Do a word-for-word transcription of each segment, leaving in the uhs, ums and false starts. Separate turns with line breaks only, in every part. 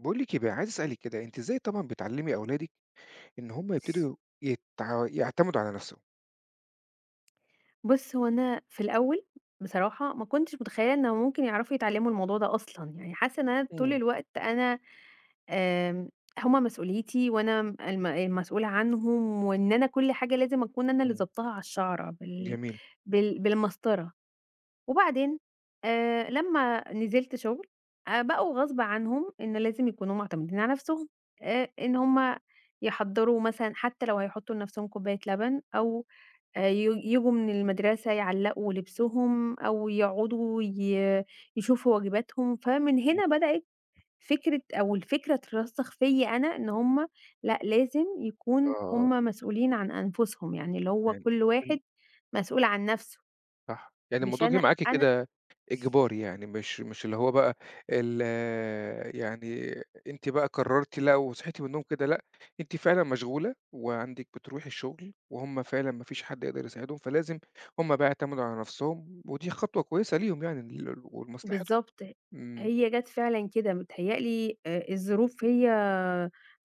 باقول لِك إيه بقى، عايز أسألِك كده، أنتِ إزاي طبعًا بتعلّمي أولادِك إن هُم يبتدوا يتع يعتمدوا على نَفْسهم؟
بُص، هو أنا في الأول بصراحة ما كنتش متخيلة إنه ممكن يعرفوا يتعلموا الموضوع ده أصلًا، يعني حاسة إن أنا طول
إمم،
الوقت أنا آمم، هم مسؤوليتي وأنا م الم المسؤولة عنهم، وإن أنا كل حاجة لازم أكون أنا اللي
إمم.
ضابطاها على الشعرة بال
جميل.
بال بالمسطرة، وبعدين آآ، لمّا نزلت شغل، آآ، بقوا غصب عنهم إن لازم يكونوا معتمدين على نفسهم، آآ، إن هم يحضّروا مثلًا حتى لو هيحطوا لنفسهم كوباية لبن أو آآ ي ييجوا من المدرسة يعلّقوا لبسهم أو يقعدوا ي يشوفوا واجباتهم، فمن
إمم.
هنا بدأت فكرة أو الفكرة اترسّخ فيّا أنا إن هم لأ، لازم يكون
آه،
هم مسؤولين عن أنفسهم، يعني اللي هو
يعني
كل
إمم،
واحد مسؤول عن نَفْسه،
صح. يعني
مش
الموضوع جِه
أنا
معاكِ
أنا
كده إجباري يعني، مش مش اللي هو بقى ال يعني أنتِ بقى قررتِ لأ وصحيتِ من النوم كده لأ، أنتِ فعلًا مشغولة وعندِك بتروحي الشغل وهُم فعلًا ما فيش حد يقدر يساعدهم، فلازم هُم بقى يعتمدوا على نَفْسهم ودي خطوة كويسة ليهم يعني ل ولمصلحتهم.
بالضبط،
إمم،
هي جات فعلًا كده، متهيأ لي آآ الظروف هي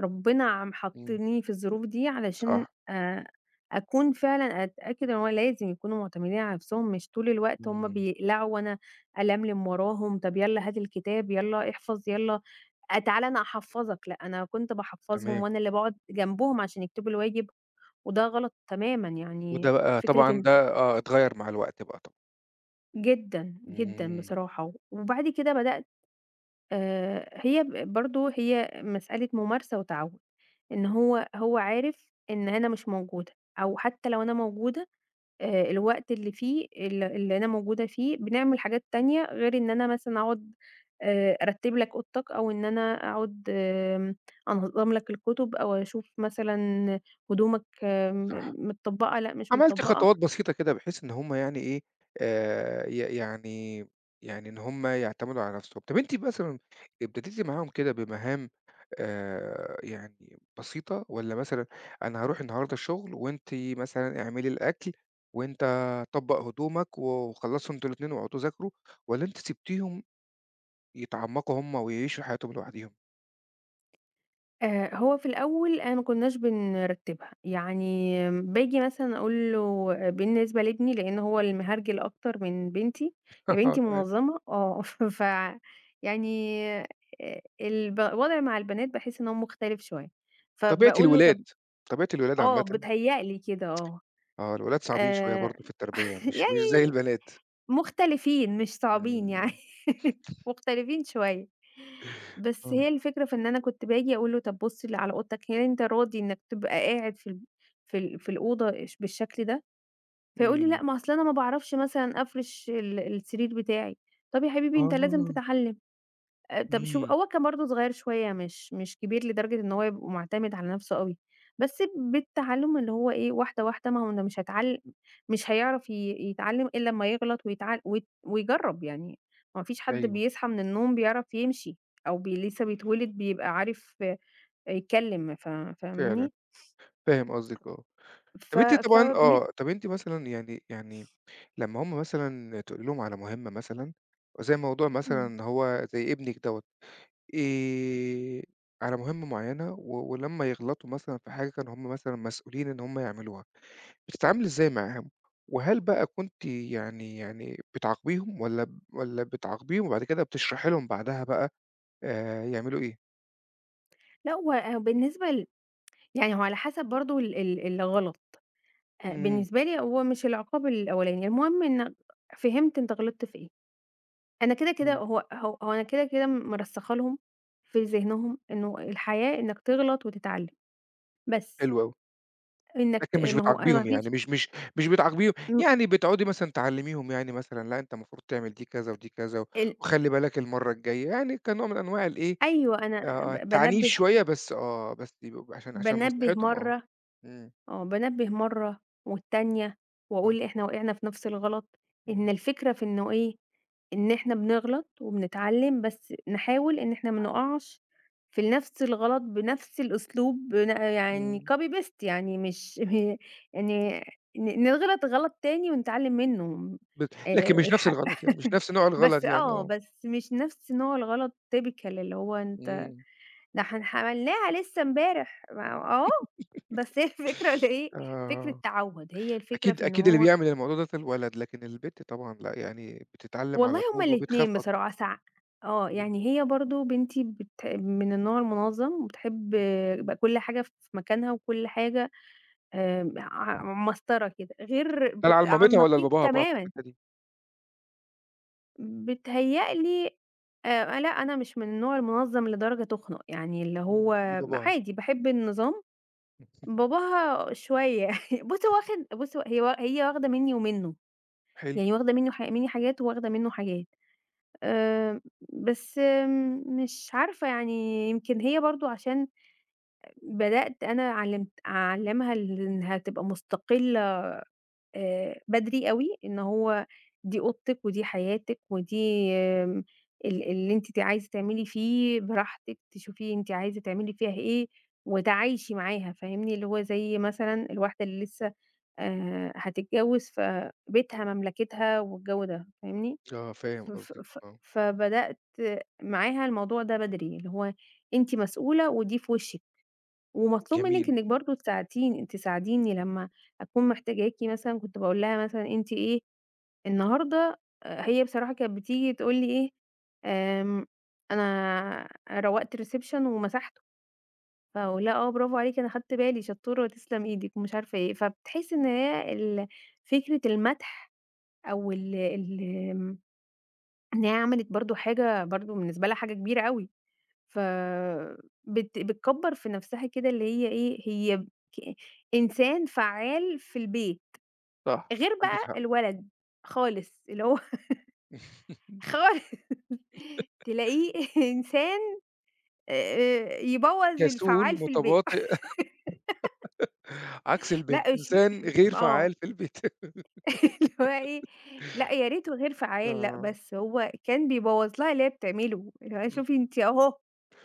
ربنا عم
إمم.
حاطّني في الظروف دي
صح.
علشان آآ أكون فعلًا أتأكد إن هو لازم يكونوا معتمدين على نفسهم، مش طول الوقت هم
إمم،
بيقلعوا وأنا ألملم وراهم، طب يالّا هات الكتاب، يالّا احفظ، يالّا آآ تعالَ أنا هاحفّظك، لأ أنا كنت باحفّظهم
تمام،
وأنا اللي باقعد جنبهم عشان يكتبوا الواجب، وده غلط تمامًا، يعني
وده بقى
فكرة
طبعًا
إن
ده آه، اتغيّر مع الوقت بقى طبعًا،
جدًا، جدًا
إمم،
بصراحة. وبعد كده بدأت، آآ هي ب برضه هي مسألة ممارسة وتعوّد، إن هو هو عارف إن أنا مش موجودة، أو حتى لو أنا موجودة آآ الوقت اللي فيه ال اللي أنا موجودة فيه بنعمل حاجات تانية غير إن أنا مثلًا أقعد آآ أرتّب لك أوضتك، أو إن أنا أقعد آمم أنظّم لك الكتب، أو أشوف مثلًا هدومك
صح،
م متطبّقة لأ مش
عملتِ خطوات
متطبّقة.
بسيطة كده بحيث إن هُم يعني إيه، آآ، ي يعني يعني إن هُم يعتمدوا على نفسهم. طب أنتِ مثلًا ابتديتِ معاهم كده بمهام آآ، يعني بسيطة، والّا مثلًا أنا هاروح النهارده الشغل وأنتِ مثلًا اعملي الأكل وأنت طبّق هدومك و وخلّصوا أنتم الاتنين واقعدوا ذاكروا، والّا أنتِ سِبتيهم يتعمقوا هُم ويعيشوا حياتهم لوحديهم؟
آآ هو في الأول أنا ما كناش بنرتّبها، يعني باجي مثلًا أقول له آه، بالنسبة لابني لإن هو المهرجل أكتر من بنتي، يعني بنتي منظّمة آه، ف يعني آآ الب الوضع مع البنات باحس إن هو مختلف شوية،
طبيعة
فباقول له
الولاد،
طَب
طبيعة الولاد
آه،
عامةً،
بيتهيأ لي كده آه،
آه، الولاد صعبين شوية
آآ
برضه في التربية، مش مش زي البنات.
مختلفين مش صعبين
إمم،
يعني، مختلفين شوية. بس
آه.
هي الفكرة في إن أنا كنت باجي أقول له: "طب بُص ل على أوضتك، هل أنت راضي إنك تبقى قاعد في ال في ال في الأوضة اش بالشكل ده؟" فيقول لي:
إمم.
"لأ، ما أصل أنا ما باعرفش مثلًا أفرش ال السرير بتاعي." طب يا حبيبي أنت لازم
آه.
تتعلم. آآ طَب
إمم،
شوف، هو كان برضه صغير شوية، مش مش كبير لدرجة إن هو يبقى مُعتمد على نَفْسه أوي، بس بالتعلُّم، اللي هو إيه، واحدة، واحدة، ما هو أنا مش هاتعل مش هيعرف ي يتعلِّم إلّا أمّا يغلط ويتعل ويت ويجرّب، يعني ما فيش حد
أيوه،
بيصحى من النوم بيعرف يمشي أو بي لسه بيتولد بيبقى عارف يتكلّم، ف
فعلًا،
فاهمني؟
فاهم قصدِك آه.
ف
طَب أنتِ
ف
طبعًا
من
آه، طَب أنتِ مثلًا يعني يعني لمّا هُم مثلًا تقولي لهم على مهمة مثلًا، زي موضوع مثلًا
إمم.
إن هو زي ابنِك دوّة، آآ، على مهمة معيّنة و ولمّا يغلطوا مثلًا في حاجة كانوا هُم مثلًا مسؤولين إن هُم يعملوها. بتتعاملي إزاي معاهم؟ وهل بقى كنتِ يعني يعني بتعاقبيهم والّا ب والّا بتعاقبيهم وبعد كده بتشرحي لهم بعدها بقى آآ يعملوا إيه؟
لأ هو آه، بالنسبة ل يعني هو على حسب برضه ال ال الغلط، آآ
إمم،
بالنسبة لي هو مش العقاب الأولاني، المهم إنّك فهمت أنت غلطت في إيه. أنا كده، كده
إمم.
هو هو هو أنا كده، كده مرسّخة لهم في ذهنهم إنه الحياة إنك تغلط وتتعلّم، بس
حلو أوي،
إنك ت
لكن مش
ما هو أنا ما
بتعاقبيهم يعني
فيش
مش مش مش بتعاقبيهم،
م
يعني بتقعدي مثلًا تعلميهم يعني مثلًا لأ أنت المفروض تعمل دي كذا ودي كذا،
ال
وخلّي بالك المرّة الجاية، يعني كنوع من أنواع الإيه،
أيوه، أنا
آه،
ب
التعنيف
بانبّه
شوية، بس آه، بس يبقوا عشان عشان
بانبّه
مصلحتهم آه،
مرّة
إمم،
آه، بانبّه مرّة والتانية
آه.
وأقول إحنا وقعنا في نفْس الغلط، إن
إمم،
الفكرة في إنه إيه، إن إحنا بنغلط وبنتعلّم، بس نحاول إن إحنا ما نقعش في ال نفس الغلط بنفس الأسلوب، بن يعني
إمم،
copy paste، يعني مش يعني ن نغلط غلط تاني ونتعلّم منّه.
بت لكن
آآ
مش نفس
الحق
الغلط يعني، مش نفس نوع الغلط
بس
يعني،
آه،
آه.
بس مش نفس نوع الغلط typical، اللي هو أنت
إمم.
ده إحنا عملناها لسه امبارح، ما آه، بس هي الفكرة اللي إيه، فكرة
آه.
تعوّد، هي الفكرة
أكيد
في إن
أكيد اللي
هو
بيعمل الموضوع ده الولد، لكن البت طبعًا لأ، يعني بتتعلّم
والله
على
هُم
طول وبتخاف
الاتنين
أكتر.
بصراحة ساع آه،
إمم.
يعني هي برضه بنتي بت من النوع المنظَّم وبتحب يبقى كل حاجة في مكانها وكل حاجة آمم ع مسطرة كده، غير
ده
ب
على
عن
لمامتها والّا
النقيض
لباباها بقى في
تمامًا،
الحتّة دي؟
بيتهيأ لي آآ لأ، أنا مش من النوع المنظَّم لدرجة تُخنق، يعني اللي
إمم.
هو
لباباها.
عادي باحب النظام، باباها شوية بُصّ هو واخد بُصّ هو- هي وا هي واخدة منّي ومنّه،
حلو.
يعني واخدة منّه ح منّي حاجات وواخدة منّه حاجات. آآ، بس آم، مش عارفة يعني، يمكن هي برضه عشان بدأت أنا علمت أعلّمها ال إنها تبقى مستقلة آآ، بدري أوي، إن هو دي أوضتِك ودي حياتِك ودي آمم، ال اللي أنتِ ت عايزة تعملي فيه براحتِك، تشوفي أنتِ عايزة تعملي فيها إيه وتعايشي معاها، فاهمني؟ اللي هو زي مثلًا الواحدة اللي لسه آآ، هتتجوّز فبيتها مملكتها والجو ده، فاهمني؟
آه، فاهم
ف ف
قصدِك،
ف
آه.
فبدأت معاها الموضوع ده بدري، اللي هو أنتِ مسؤولة ودي في وشِّك، ومطلوب منِّك
جميل.
إنِّك برضه تساعدين تساعديني لمّا أكون محتاجاكِ، مثلًا كنت باقول لها مثلًا أنتِ إيه النهارده، آآ هي بصراحة كانت بتيجي تقول لي إيه، آمم أنا روّقت الreception ومسحته، فاقول لها: "آه برافو عليكِ، أنا خدت بالي، شطورة وتسلم إيدِك." ومش عارفة إيه، فبتحسّي إن هي ال فكرة المدح أو ال ال آمم إن هي عملت برضه حاجة، برضه بالنسبة لها حاجة كبيرة أوي، ف بت بتكبّر في نفسها كده، اللي هي إيه، هي ك إنسان فعّال في البيت،
صح.
غير
عندِك
بقى
حق.
الولد خالص، اللي هو خالص تلاقيه إنسان آآ يبوّظ
كسول،
الفعّال في البيت.
متباطئ، عكس
لأ
البنت،
مش
إنسان غير
آه،
فعّال في البيت.
اللي هو إيه، لأ يا ريته غير فعّال، لأ
آه.
بس هو كان بيبوّظ لها اللي هي بتعمله، اللي هو
إمم.
شوفي أنتِ أهو،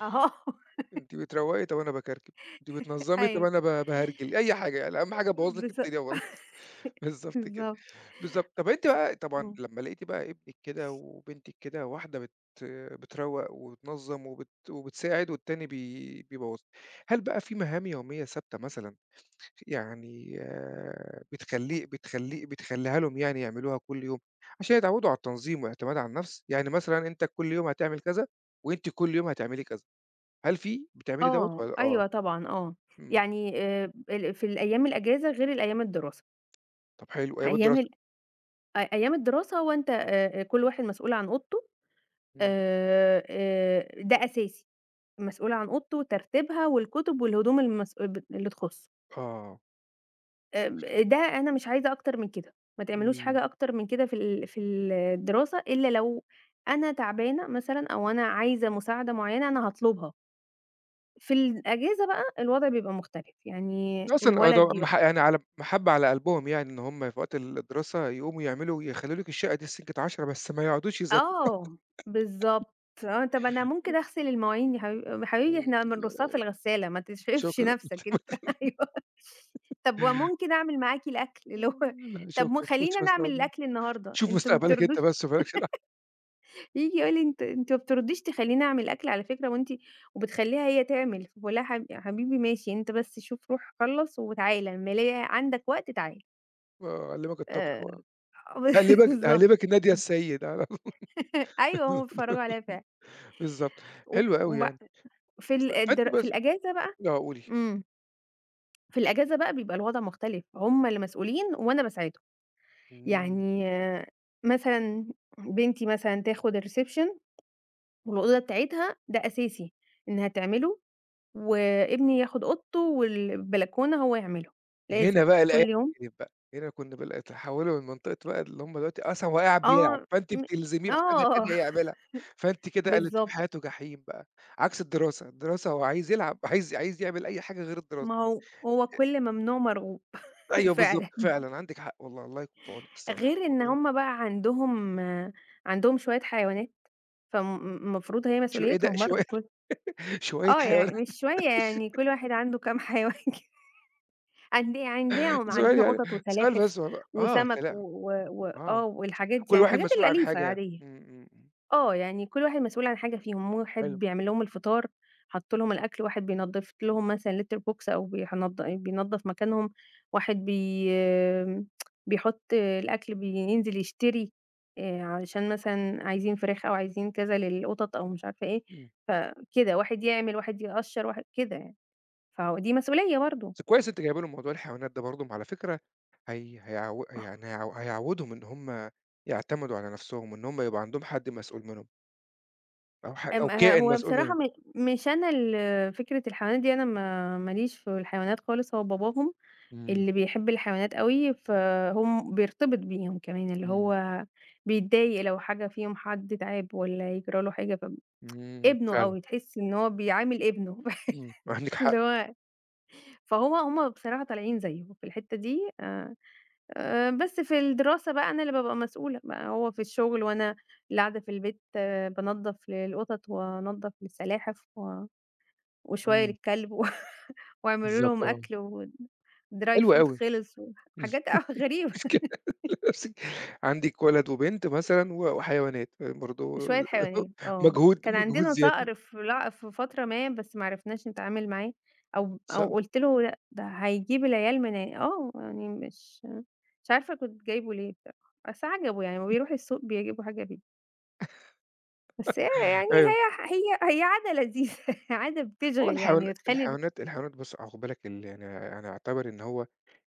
أهو
أنتِ بتروّقي، طَب أنا باكركب، أنتِ بتنظّمي، طَب
أيوه.
أنا ب باهرجل، أي حاجة يعني، أهم حاجة أبوّظ لِك
بص
الدنيا والله. بالضبط كده.
بالضبط،
بالضبط. طب أنتِ بقى طبعًا
إمم.
لمّا لقيتِ بقى ابنِك كده وبنتِك كده، واحدة بت بتروّق وتنظّم وبت وبتساعد، والتاني بي بيبوّظ، هل بقى في مهام يومية ثابتة مثلًا يعني آآ بتخلّيه بتخلّيه بتخلّيها لهم يعني يعملوها كل يوم عشان يتعوّدوا على التنظيم والاعتماد على النفس؟ يعني مثلًا أنت كل يوم هتعمل كذا، وأنتِ كل يوم هتعملي كذا، هل في بتعملي دوّة
آه،
والّا آه.
أيوه طبعًا آه،
إمم.
يعني آآ ال في الأيام الأجازة غير الأيام الدراسة،
طب حلو أيام
أيام
الدراسة.
ال أ أيام الدراسة هو أنت آآ كل واحد مسؤول عن أوضته،
إمم.
آآ آآ ده أساسي، مسؤول عن أوضته وترتيبها والكُتب والهدوم المس ب اللي تخُصّه،
آه.
آآ ده أنا مش عايزة أكتر من كده، ما تعملوش
إمم.
حاجة أكتر من كده في ال في الدراسة، إلا لو أنا تعبانة مثلًا أو أنا عايزة مساعدة معيّنة أنا هاطلبها. في الأجازة بقى الوضع بيبقى مختلف، يعني
ده أصلًا آه، ده
الولد يبقى
مح يعني على محبّة على قلبهم، يعني إن هم في وقت الدراسة يقوموا يعملوا يخلّوا لِك الشقة دي سكة عشرة بس ما يقعدوش يذاكروا.
آه، بالضبط، آه، طَب أنا ممكن أغسل المواعين يا حبيبي، يا حبيبي
إمم،
إحنا
لا،
بنرصها في
لأ،
الغسالة، ما تشغِلش
شكرًا،
نفسك أنت أيوه، طَب وممكن أعمل معاكِ الأكل اللي هو
إمم، لأ
طَب ما
شكرًا، خُش
خلّيني أنا
بس
أعمل
اقعد
الأكل النهارده،
شوف
أنتم ما
مستقبلك أنت
بترضوش،
بس وما لكش دعوة،
ييجي يقول لي: أنتِ أنتِ ما بترضيش تخلّيني أعمل أكل على فكرة وأنتِ وبتخلّيها هي تعمل"، باقول لها حب يا حبيبي ماشي أنت بس شوف روح خلّص وتعالَ أمّا ألاقي عندك وقت تعالَ،
آه، هاعلّمك الطبخ
آآ
و هاقلّبك
بالضبط.
هاقلّبك النادية السيد على طول
أيوه، هم بيتفرّجوا عليها فعلًا.
بالضبط،
و
حلو أوي
وب
يعني.
في
ف
ال
فأنتِ
الدر في
بس
الأجازة بقى
آه، قولي.
إمم. في الأجازة بقى بيبقى الوضع مختلف، هم اللي مسؤولين وأنا باساعدهم.
إمم.
يعني آه، مثلًا بنتي مثلًا تاخُد الreception والأوضة بتاعتها ده أساسي إنها تعمله، وابني ياخُد أوضته والبلكونة هو يعمله،
هنا
لازم
بقى
كل
الأيام
يوم
كترت بقى، هنا كنا بال اتحولوا من منطقة بقى، اللي هم دلوقتي أصلًا هو قاعد بيلعب،
آه،
فأنتِ
م
بتلزميه بحاجة
آه،
تانية يعملها، فأنتِ كده قلبتِ له
بالضبط.
حياته جحيم بقى، عكس الدراسة، الدراسة هو عايز يلعب، عايز عايز يعمل أي حاجة غير الدراسة.
ما هو هو كل ممنوع مرغوب
أيوه بالضبط،
فعلًا.
فعلًا عندِك حق والله، الله يكون في عونِك الصراحة،
غير إن
الموضوع
هُم بقى عندهم عندهم شوية حيوانات، فم م المفروض هي
شو إيه ده
مسؤوليتهم
شوية
برضه كل
شوية
آه،
حيوانات،
يعني مش شوية، يعني كل واحد عنده كام حيوان كده، عند عندنا
سؤال
عندنا
يعني،
قطط
سؤال
وسلاحف
بس والله، آه،
وسمك و
سلام،
و و
آه،
آه، والحاجات دي
كل
يعني
واحد
الحاجات
مسؤول عن
الأليفة
حاجة يعني،
العادية.
إمم، إمم، إمم،
آه، يعني كل واحد مسؤول عن حاجة فيهم، واحد
حلو،
بيعمل لهم الفطار، حَط لهم الأكل، واحد بينضّف لهم مثلًا litter box أو بينض بينضّف مكانهم، واحد بي آمم، بيحُط الأكل بينزل يشتري، آآ، علشان مثلًا عايزين فراخ أو عايزين كذا للقطط أو مش عارفة إيه،
إمم.
فكده، واحد يعمل، واحد يقشّر، واحد كده يعني، فهو دي مسؤولية برضه.
بس كويس أنتِ جايبة لهم موضوع الحيوانات ده برضه، ما على فكرة هي هيعو يعني هيعو هيعوّدهم إن هم يعتمدوا على نَفْسهم، وإن هم يبقى عندهم حد مسؤول منهم أو ح أو
آمم، ه
كائن
هو
مسؤول
بصراحة
منهم.
م مش أنا ال فكرة الحيوانات دي، أنا ما ما ليش في الحيوانات خالص، هو باباهم
إمم،
اللي بيحب الحيوانات أوي، فهم بيرتبط بيهم كمان، اللي
إمم،
هو بيتضايق لو حاجة فيهم حد تعب والّا يجرى له حاجة،
إمم،
فابنه
فعلًا،
أوي، تحس إن هو بيعامل ابنه
إمم، عندِك حق،
اللي هو فهو هم بصراحة طالعين زيه في الحتة دي آآ، آآ، بس في الدراسة بقى أنا اللي بابقى مسؤولة بقى، هو في الشغل وأنا اللي قاعدة في البيت بانضف للقطط وانضف للسلاحف و وشوية
إمم،
للكلب و واعملوا
بالضبط
لهم
آه،
أكل و dry
حلو
food
أوي،
خلص
مش
وحاجات غريبة.
مشكلة نفسك. عندِك ولد وبنت مثلًا و وحيوانات، برضه
شوية حيوانات آه،
مجهود
كان
مجهود
عندنا
زيادة،
صقر في لع في فترة ما بس ما عرفناش نتعامل معاه، أو أو
صح،
قُلت له لأ، ده هيجيب العيال من ع آه، يعني مش مش عارفة كنت جايبه ليه بصراحة، بس عجبه يعني أمّا بيروح السوق بيجيبوا حاجة بيه، بس هي يعني
أيوه.
هي هي هي عادة لذيذة، عادة
هو
بتشغِل،
الحيوان
يعني بتخلّي ال
الحيوانات الحيوانات بُص خُد بالك ال يعني أنا أعتبر إن هو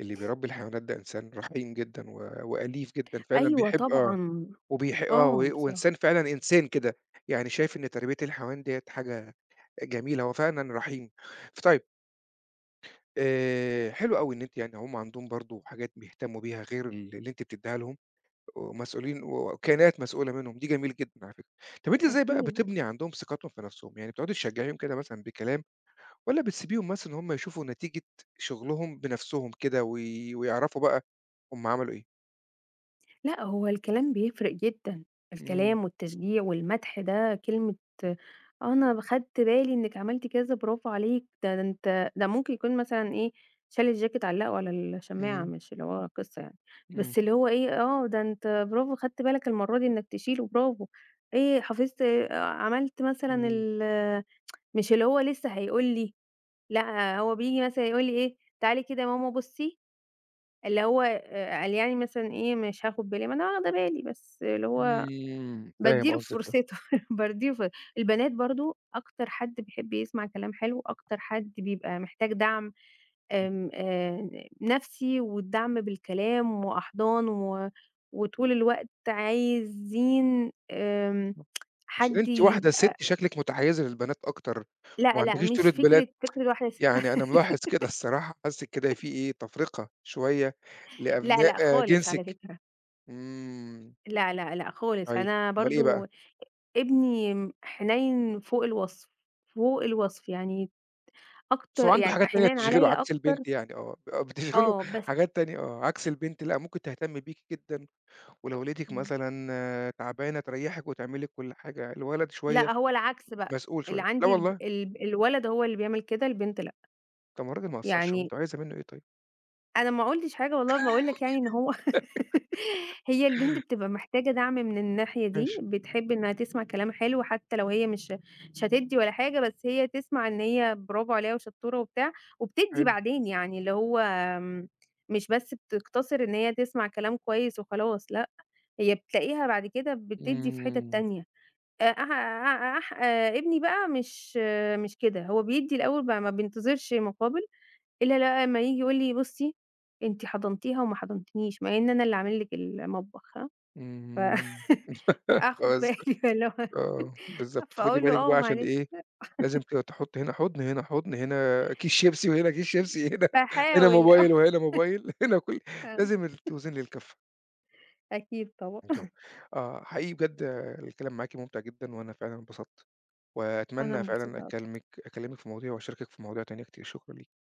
اللي بيربّي الحيوانات ده إنسان رحيم جدًا و وأليف جدًا فعلًا
أيوه
بيحب آه،
طبعًا،
وبيح آه، و
آه بصراحة،
وإنسان فعلًا إنسان كده، يعني شايف إن تربية الحيوان ديّة حاجة جميلة، هو فعلًا رحيم. فطيب آآ، حلو أوي إن أنتِ يعني هم عندهم برضه حاجات بيهتموا بيها غير ال اللي أنتِ بتدّيها لهم، ومسؤولين وكائنات مسؤولة منهم، دي جميل جدًا على فكرة. طب أنتِ إزاي بقى
أكيد.
بتبني عندهم ثقتهم في نفسهم؟ يعني بتقعدي تشجعيهم كده مثلًا بكلام، والّا بتسيبيهم مثلًا إن هُم يشوفوا نتيجة شغلهم بنفسهم كده وي ويعرفوا بقى هُم عملوا إيه؟
لأ، هو الكلام بيفرق جدًا،
إمم،
الكلام والتشجيع والمدح ده كلمة أنا خدت بالي إنِّك عملتِ كذا برافو عليكِ، ده ده أنت ده ممكن يكون مثلًا إيه، شال الجاكيت علّقه على الشماعة
إمم،
مش اللي هو قصة يعني،
إمم،
بس اللي هو إيه، آه، ده أنت برافو خدت بالك المرّة دي إنّك تشيله برافو، إيه حفظت إيه، عملت مثلًا
إمم،
ال مش اللي هو لسه هيقول لي، لأ، هو بييجي مثلًا يقول لي إيه، تعالي كده يا ماما بُصّي اللي هو آآ قال يعني مثلًا إيه، مش هاخد بالي، ما أنا واخدة بالي، بس اللي هو
إمم، فاهم
بادّي له
قصدِك آه،
فرصته، بادّي له ف البنات برضه أكتر حد بيحب يسمع كلام حلو، أكتر حد بيبقى محتاج دعم آمم آآ نفسي والدعم بالكلام وأحضان و وطول الوقت عايزين آمم
عشان
حد
أنتِ واحدة
يبقى
سِت شكلِك متحيّزة للبنات أكتر وما
لأ، لأ،
عندكيش طولة
مش
بال،
فكرة فكرة واحدة س
يعني أنا ملاحظ كده الصراحة، حاسِك كده في إيه تفرقة شوية
لأ،
لأبناء
لأ،
آه،
خالص على
جنسِك،
فكرة،
إمم،
لأ، لأ، لأ، خالص.
طيب
أنا
أمّال إيه بقى؟
برضه ابني م حنيّن فوق الوصف، فوق الوصف، يعني
بس هو
أكتر،
عنده
يعني
حاجات تانية
حنيّن
بتشغله
عليّا
عكس
أكتر
البنت يعني آه، بتشغله
آه، بس
حاجات تانية آه، عكس البنت لأ، ممكن تهتم بيكِ جدًا ولو لقيتِك
إمم.
مثلًا آه، تعبانة تريّحِك وتعمل لِك كل حاجة، الولد شوية
لأ، هو العكس بقى،
مسؤول
اللي
شوية، لا
عندي الب
والله!
الب الولد هو اللي بيعمل كده، البنت لأ،
طب ما الراجل ما قصّرش أهو،
يعني
أنتِ عايزة منه إيه طيب؟
أنا ما قُلتش حاجة والله باقول لك يعني إن هو هي البنت بتبقى محتاجة دعم من الناحية دي،
ماشي
بتحب إنها تسمع كلام حلو حتى لو هي مش مش هتدّي ولا حاجة، بس هي تسمع إن هي برافو عليها وشطورة وبتاع، وبتدّي
حلو،
بعدين يعني اللي هو آمم، مش بس بتقتصر إن هي تسمع كلام كويس وخلاص لأ، هي بتلاقيها بعد كده بتدّي في حتت
إمم،
تانية. أ أح أح أح آآ، ابني بقى مش مش كده، هو بيدّي الأول بقى ما بينتظرش مقابل إلا لا آه، أمّا ييجي يقول لي: "بُصّي أنتِ حضنتيها وما حضنتنيش، مع إن أنا اللي عامل لِك المطبخ ها." ف
إمم،
آخد
بس
بالي فاللي هو
آه، بالضبط، فخدي
فأقول له:
بالِك
"آه
بقى عشان
معلش."
إيه، لازم ت تحطّي هنا حُضن، هنا حُضن، هنا كيس شيبسي، وهنا كيس شيبسي، هنا هنا
باحاول
موبايل، وهنا موبايل، هنا كل
آه،
لازم ال توزني الكفّة.
أكيد طبعًا.
طب آه، حقيقي بجد آه، الكلام معاكِ ممتع جدًا، وأنا فعلًا انبسطت.
أنا
وأتمنى فعلًا
انبسطت
أكلمِك أكلمِك في مواضيع وأشاركِك في مواضيع تانية كتير، شكرًا ليكِ.